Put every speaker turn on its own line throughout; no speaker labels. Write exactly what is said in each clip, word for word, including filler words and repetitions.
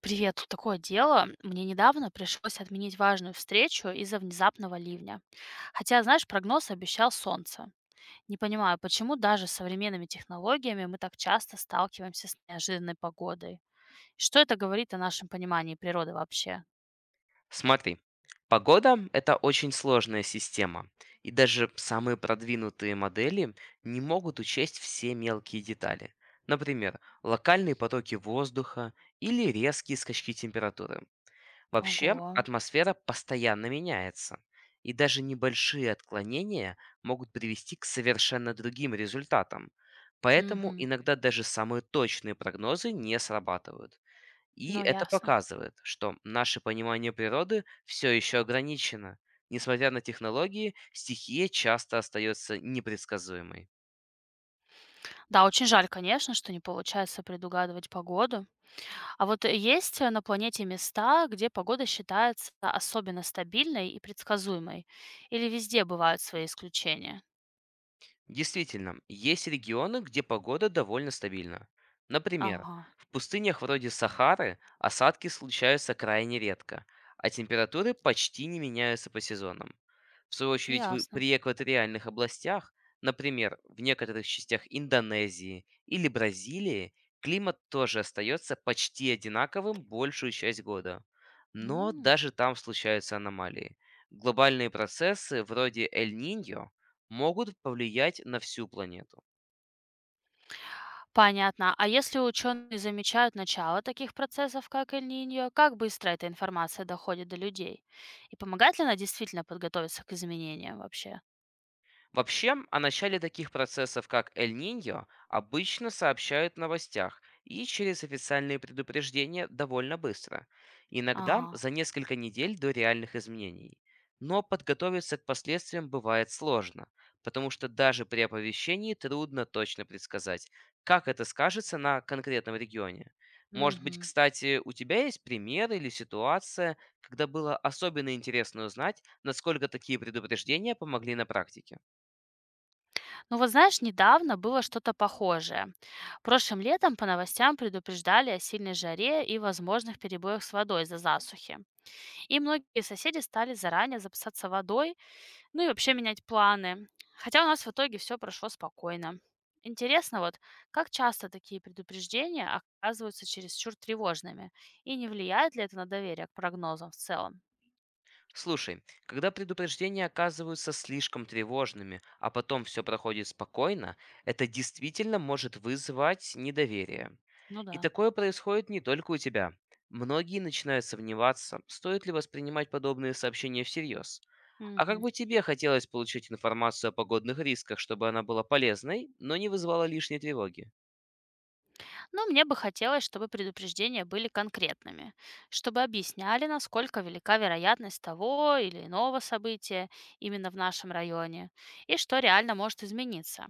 Привет, тут такое дело. Мне недавно пришлось отменить важную встречу из-за внезапного ливня. Хотя, знаешь, прогноз обещал солнце. Не понимаю, почему даже с современными технологиями мы так часто сталкиваемся с неожиданной погодой. И Что это говорит о нашем понимании природы вообще?
Смотри, погода– это очень сложная система, и даже самые продвинутые модели не могут учесть все мелкие детали. Например, локальные потоки воздуха или резкие скачки температуры. Вообще,
Ого.
атмосфера постоянно меняется, и даже небольшие отклонения могут привести к совершенно другим результатам. Поэтому
Мгм.
иногда даже самые точные прогнозы не срабатывают. И
Ну,
это
ясно.
показывает, что наше понимание природы все еще ограничено. Несмотря на технологии, стихия часто остается непредсказуемой.
Да, очень жаль, конечно, что не получается предугадывать погоду. А вот есть э, на планете места, где погода считается особенно стабильной и предсказуемой? Или везде бывают свои исключения?
Действительно, есть регионы, где погода довольно стабильна. Например,
Ага,
в пустынях вроде Сахары осадки случаются крайне редко, а температуры почти не меняются по сезонам. В свою очередь, вы-
ясно.
при экваториальных областях, например, в некоторых частях Индонезии или Бразилии, климат тоже остается почти одинаковым большую часть года. Но
М.
даже там случаются аномалии. Глобальные процессы вроде Эль-Ниньо могут повлиять на всю планету.
Понятно. А если ученые замечают начало таких процессов, как Эль-Ниньо, как быстро эта информация доходит до людей? И помогает ли она действительно подготовиться к изменениям вообще?
Вообще, о начале таких процессов, как Эль-Ниньо, обычно сообщают в новостях и через официальные предупреждения довольно быстро, иногда
Ага.
за несколько недель до реальных изменений. Но подготовиться к последствиям бывает сложно, потому что даже при оповещении трудно точно предсказать, как это скажется на конкретном регионе. Может быть,
Мгм.
кстати, у тебя есть пример или ситуация, когда было особенно интересно узнать, насколько такие предупреждения помогли на практике?
Ну вот знаешь, недавно было что-то похожее. Прошлым летом по новостям предупреждали о сильной жаре и возможных перебоях с водой из-за засухи. И многие соседи стали заранее запасаться водой, ну и вообще менять планы. Хотя у нас в итоге все прошло спокойно. Интересно вот, как часто такие предупреждения оказываются чересчур тревожными? И не влияет ли это на доверие к прогнозам в целом?
Слушай, когда предупреждения оказываются слишком тревожными, а потом все проходит спокойно, это действительно может вызывать недоверие.
Ну
И
да.
такое происходит не только у тебя. Многие начинают сомневаться, стоит ли воспринимать подобные сообщения всерьез. А как
Мгм.
бы тебе хотелось получить информацию о погодных рисках, чтобы она была полезной, но не вызывала лишней тревоги?
Но мне бы хотелось, чтобы предупреждения были конкретными, чтобы объясняли, насколько велика вероятность того или иного события именно в нашем районе и что реально может измениться.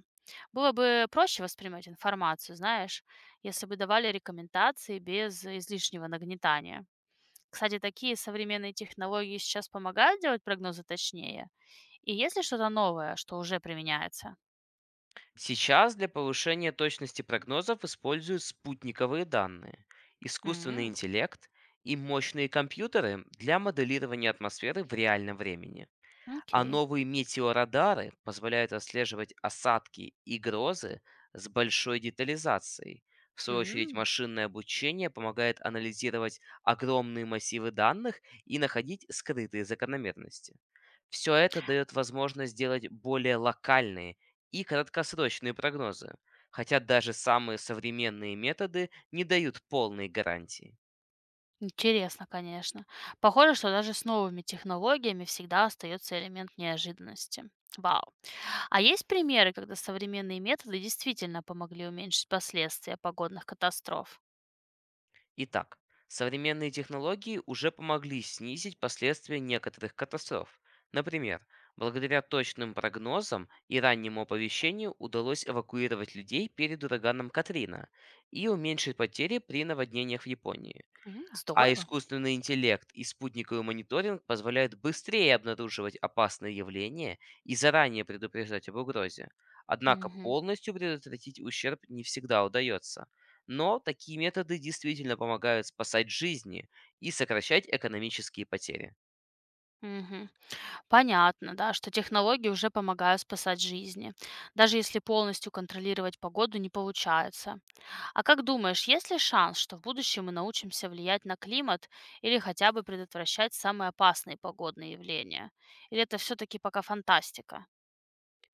Было бы проще воспринимать информацию, знаешь, если бы давали рекомендации без излишнего нагнетания. Кстати, такие современные технологии сейчас помогают делать прогнозы точнее. И есть ли что-то новое, что уже применяется?
Сейчас для повышения точности прогнозов используют спутниковые данные, искусственный
М,
интеллект и мощные компьютеры для моделирования атмосферы в реальном времени. А
Окей.
новые метеорадары позволяют отслеживать осадки и грозы с большой детализацией. В свою очередь,
М.
машинное обучение помогает анализировать огромные массивы данных и находить скрытые закономерности. Все это дает возможность сделать более локальные и краткосрочные прогнозы, хотя даже самые современные методы не дают полной гарантии.
Интересно, конечно. Похоже, что даже с новыми технологиями всегда остается элемент неожиданности. Вау. А есть примеры, когда современные методы действительно помогли уменьшить последствия погодных катастроф?
Итак, современные технологии уже помогли снизить последствия некоторых катастроф. Например, благодаря точным прогнозам и раннему оповещению удалось эвакуировать людей перед ураганом Катрина и уменьшить потери при наводнениях в Японии.
М,
А
Здорово.
искусственный интеллект и спутниковый мониторинг позволяют быстрее обнаруживать опасные явления и заранее предупреждать об угрозе. Однако
Мгм,
полностью предотвратить ущерб не всегда удается. Но такие методы действительно помогают спасать жизни и сокращать экономические потери.
мгм. Понятно, да, что технологии уже помогают спасать жизни, даже если полностью контролировать погоду не получается. А как думаешь, есть ли шанс, что в будущем мы научимся влиять на климат или хотя бы предотвращать самые опасные погодные явления? Или это все-таки пока фантастика?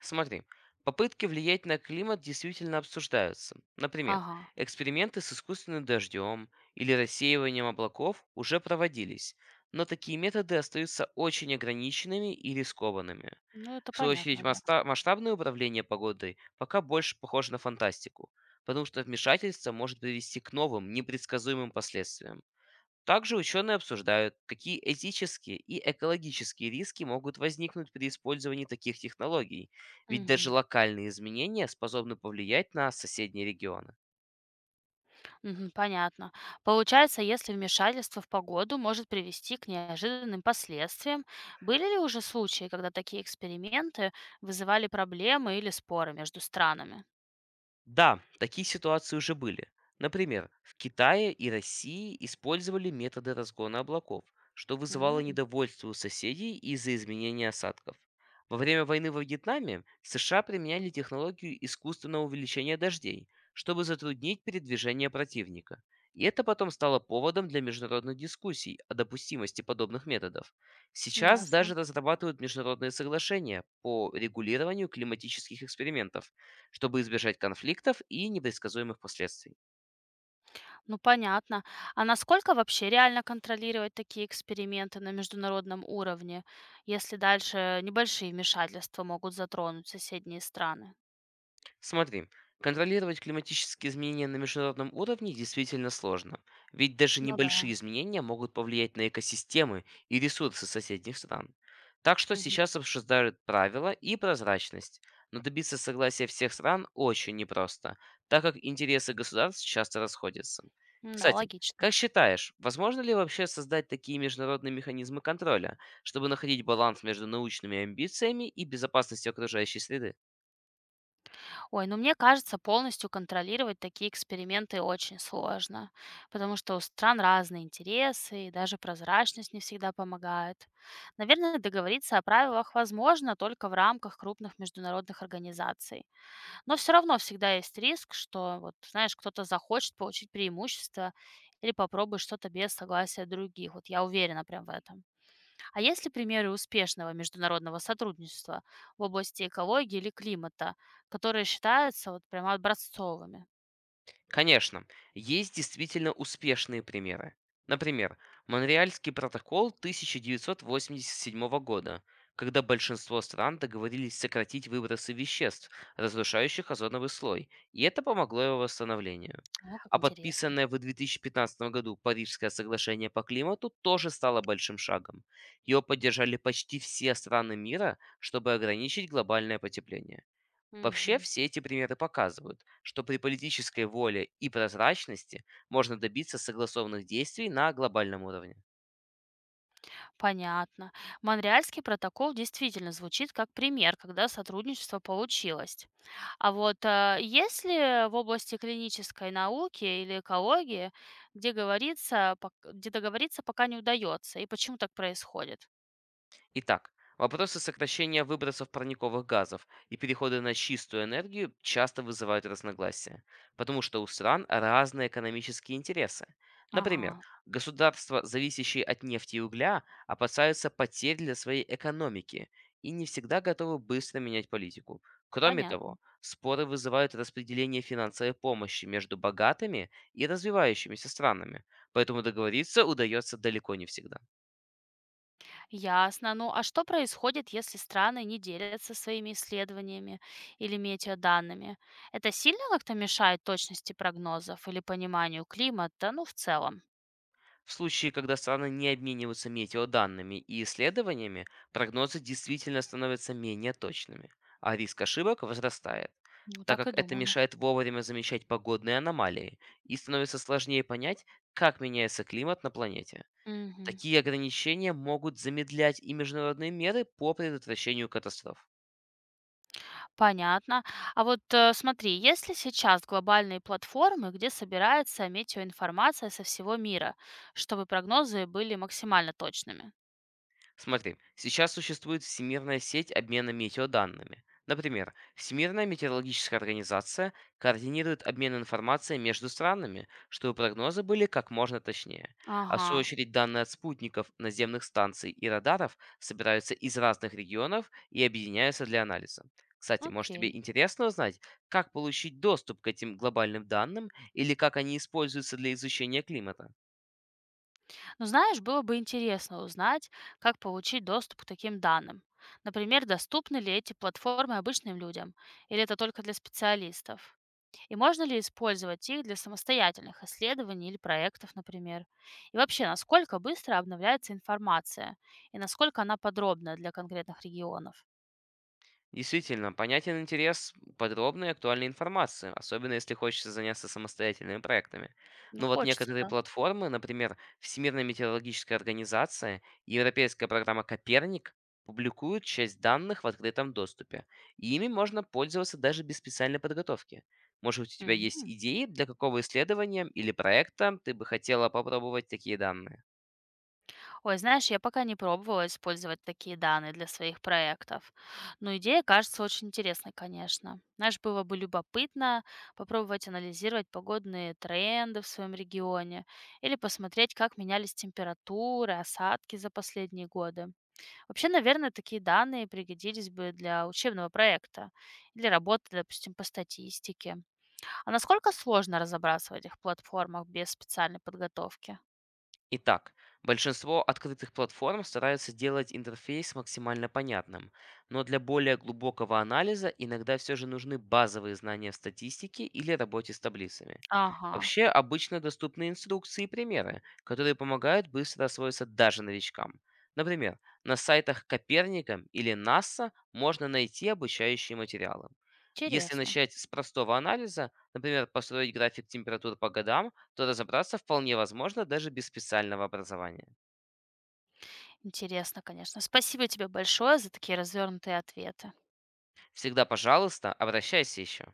Смотри, попытки влиять на климат действительно обсуждаются. Например,
Ага.
эксперименты с искусственным дождем или рассеиванием облаков уже проводились, но такие методы остаются очень ограниченными и рискованными.
Ну, это
В свою очередь,
понятно, да.
маста- масштабное управление погодой пока больше похоже на фантастику, потому что вмешательство может привести к новым, непредсказуемым последствиям. Также ученые обсуждают, какие этические и экологические риски могут возникнуть при использовании таких технологий, ведь даже
Мгм.
локальные изменения способны повлиять на соседние регионы.
Мгм, понятно. Получается, если вмешательство в погоду может привести к неожиданным последствиям, были ли уже случаи, когда такие эксперименты вызывали проблемы или споры между странами?
Да, такие ситуации уже были. Например, в Китае и России использовали методы разгона облаков, что вызывало
М,
недовольство у соседей из-за изменения осадков. Во время войны во Вьетнаме США применяли технологию искусственного увеличения дождей, чтобы затруднить передвижение противника. И это потом стало поводом для международных дискуссий о допустимости подобных методов. Сейчас даже
Ясно.
разрабатывают международные соглашения по регулированию климатических экспериментов, чтобы избежать конфликтов и непредсказуемых последствий.
Ну, понятно. А насколько вообще реально контролировать такие эксперименты на международном уровне, если дальше небольшие вмешательства могут затронуть соседние страны?
Смотри, контролировать климатические изменения на международном уровне действительно сложно, ведь даже
Ну да.
небольшие изменения могут повлиять на экосистемы и ресурсы соседних стран. Так что
Мгм.
сейчас обсуждают правила и прозрачность, но добиться согласия всех стран очень непросто, так как интересы государств часто расходятся.
М, Да,
Кстати,
логично.
как считаешь, возможно ли вообще создать такие международные механизмы контроля, чтобы находить баланс между научными амбициями и безопасностью окружающей среды?
Ой, ну мне кажется, полностью контролировать такие эксперименты очень сложно, потому что у стран разные интересы, и даже прозрачность не всегда помогает. Наверное, договориться о правилах возможно только в рамках крупных международных организаций. Но все равно всегда есть риск, что вот, знаешь, кто-то захочет получить преимущество или попробует что-то без согласия других. Вот я уверена прям в этом. А есть ли примеры успешного международного сотрудничества в области экологии или климата, которые считаются вот прямо образцовыми?
Конечно, есть действительно успешные примеры. Например, Монреальский протокол тысяча девятьсот восемьдесят седьмого года, когда большинство стран договорились сократить выбросы веществ, разрушающих озоновый слой, и это помогло его восстановлению.
О, как
А
интересно.
подписанное в две тысячи пятнадцатом году Парижское соглашение по климату тоже стало большим шагом. Его поддержали почти все страны мира, чтобы ограничить глобальное потепление. Вообще,
Мгм.
все эти примеры показывают, что при политической воле и прозрачности можно добиться согласованных действий на глобальном уровне.
Понятно. Монреальский протокол действительно звучит как пример, когда сотрудничество получилось. А вот а, есть ли в области клинической науки или экологии, где говорится, пок- где договориться пока не удается, и почему так происходит?
Итак, вопросы сокращения выбросов парниковых газов и перехода на чистую энергию часто вызывают разногласия, потому что у стран разные экономические интересы.
Ага,
Например, государства, зависящие от нефти и угля, опасаются потерь для своей экономики и не всегда готовы быстро менять политику. Кроме
понятно.
того, споры вызывают распределение финансовой помощи между богатыми и развивающимися странами, поэтому договориться удается далеко не всегда.
Ясно. Ну а что происходит, если страны не делятся своими исследованиями или метеоданными? Это сильно как-то мешает точности прогнозов или пониманию климата, ну в целом?
В случае, когда страны не обмениваются метеоданными и исследованиями, прогнозы действительно становятся менее точными, а риск ошибок возрастает,
Ну
так
так и
как это
думала.
мешает вовремя замечать погодные аномалии и становится сложнее понять, как меняется климат на планете.
Мгм.
Такие ограничения могут замедлять и международные меры по предотвращению катастроф.
Понятно. А вот э, смотри, есть ли сейчас глобальные платформы, где собирается метеоинформация со всего мира, чтобы прогнозы были максимально точными?
Смотри, сейчас существует всемирная сеть обмена метеоданными. Например, Всемирная метеорологическая организация координирует обмен информацией между странами, чтобы прогнозы были как можно точнее. А в
Ага,
свою очередь, данные от спутников, наземных станций и радаров собираются из разных регионов и объединяются для анализа. Кстати, может, тебе
окей.
интересно узнать, как получить доступ к этим глобальным данным или как они используются для изучения климата?
Ну знаешь, было бы интересно узнать, как получить доступ к таким данным. Например, доступны ли эти платформы обычным людям, или это только для специалистов? И можно ли использовать их для самостоятельных исследований или проектов, например? И вообще, насколько быстро обновляется информация и насколько она подробна для конкретных регионов?
Действительно, понятен интерес подробной и актуальной информации, особенно если хочется заняться самостоятельными проектами.
Ну,
Но вот
хочется,
некоторые
да.
платформы, например, Всемирная метеорологическая организация и европейская программа «Коперник», публикуют часть данных в открытом доступе. И ими можно пользоваться даже без специальной подготовки. Может быть, у тебя есть
Мгм.
идеи, для какого исследования или проекта ты бы хотела попробовать такие данные?
Ой, знаешь, я пока не пробовала использовать такие данные для своих проектов. Но идея кажется очень интересной, конечно. Знаешь, было бы любопытно попробовать анализировать погодные тренды в своем регионе или посмотреть, как менялись температуры, осадки за последние годы. Вообще, наверное, такие данные пригодились бы для учебного проекта или работы, допустим, по статистике. А насколько сложно разобраться в этих платформах без специальной подготовки?
Итак, большинство открытых платформ стараются делать интерфейс максимально понятным, но для более глубокого анализа иногда все же нужны базовые знания в статистике или работе с таблицами.
Ага,
Вообще, обычно доступны инструкции и примеры, которые помогают быстро освоиться даже новичкам. Например, на сайтах Коперника или НАСА можно найти обучающие материалы. Если
интересно.
начать с простого анализа, например, построить график температур по годам, то разобраться вполне возможно даже без специального образования.
Интересно, конечно. Спасибо тебе большое за такие развернутые ответы.
Всегда пожалуйста, обращайся еще.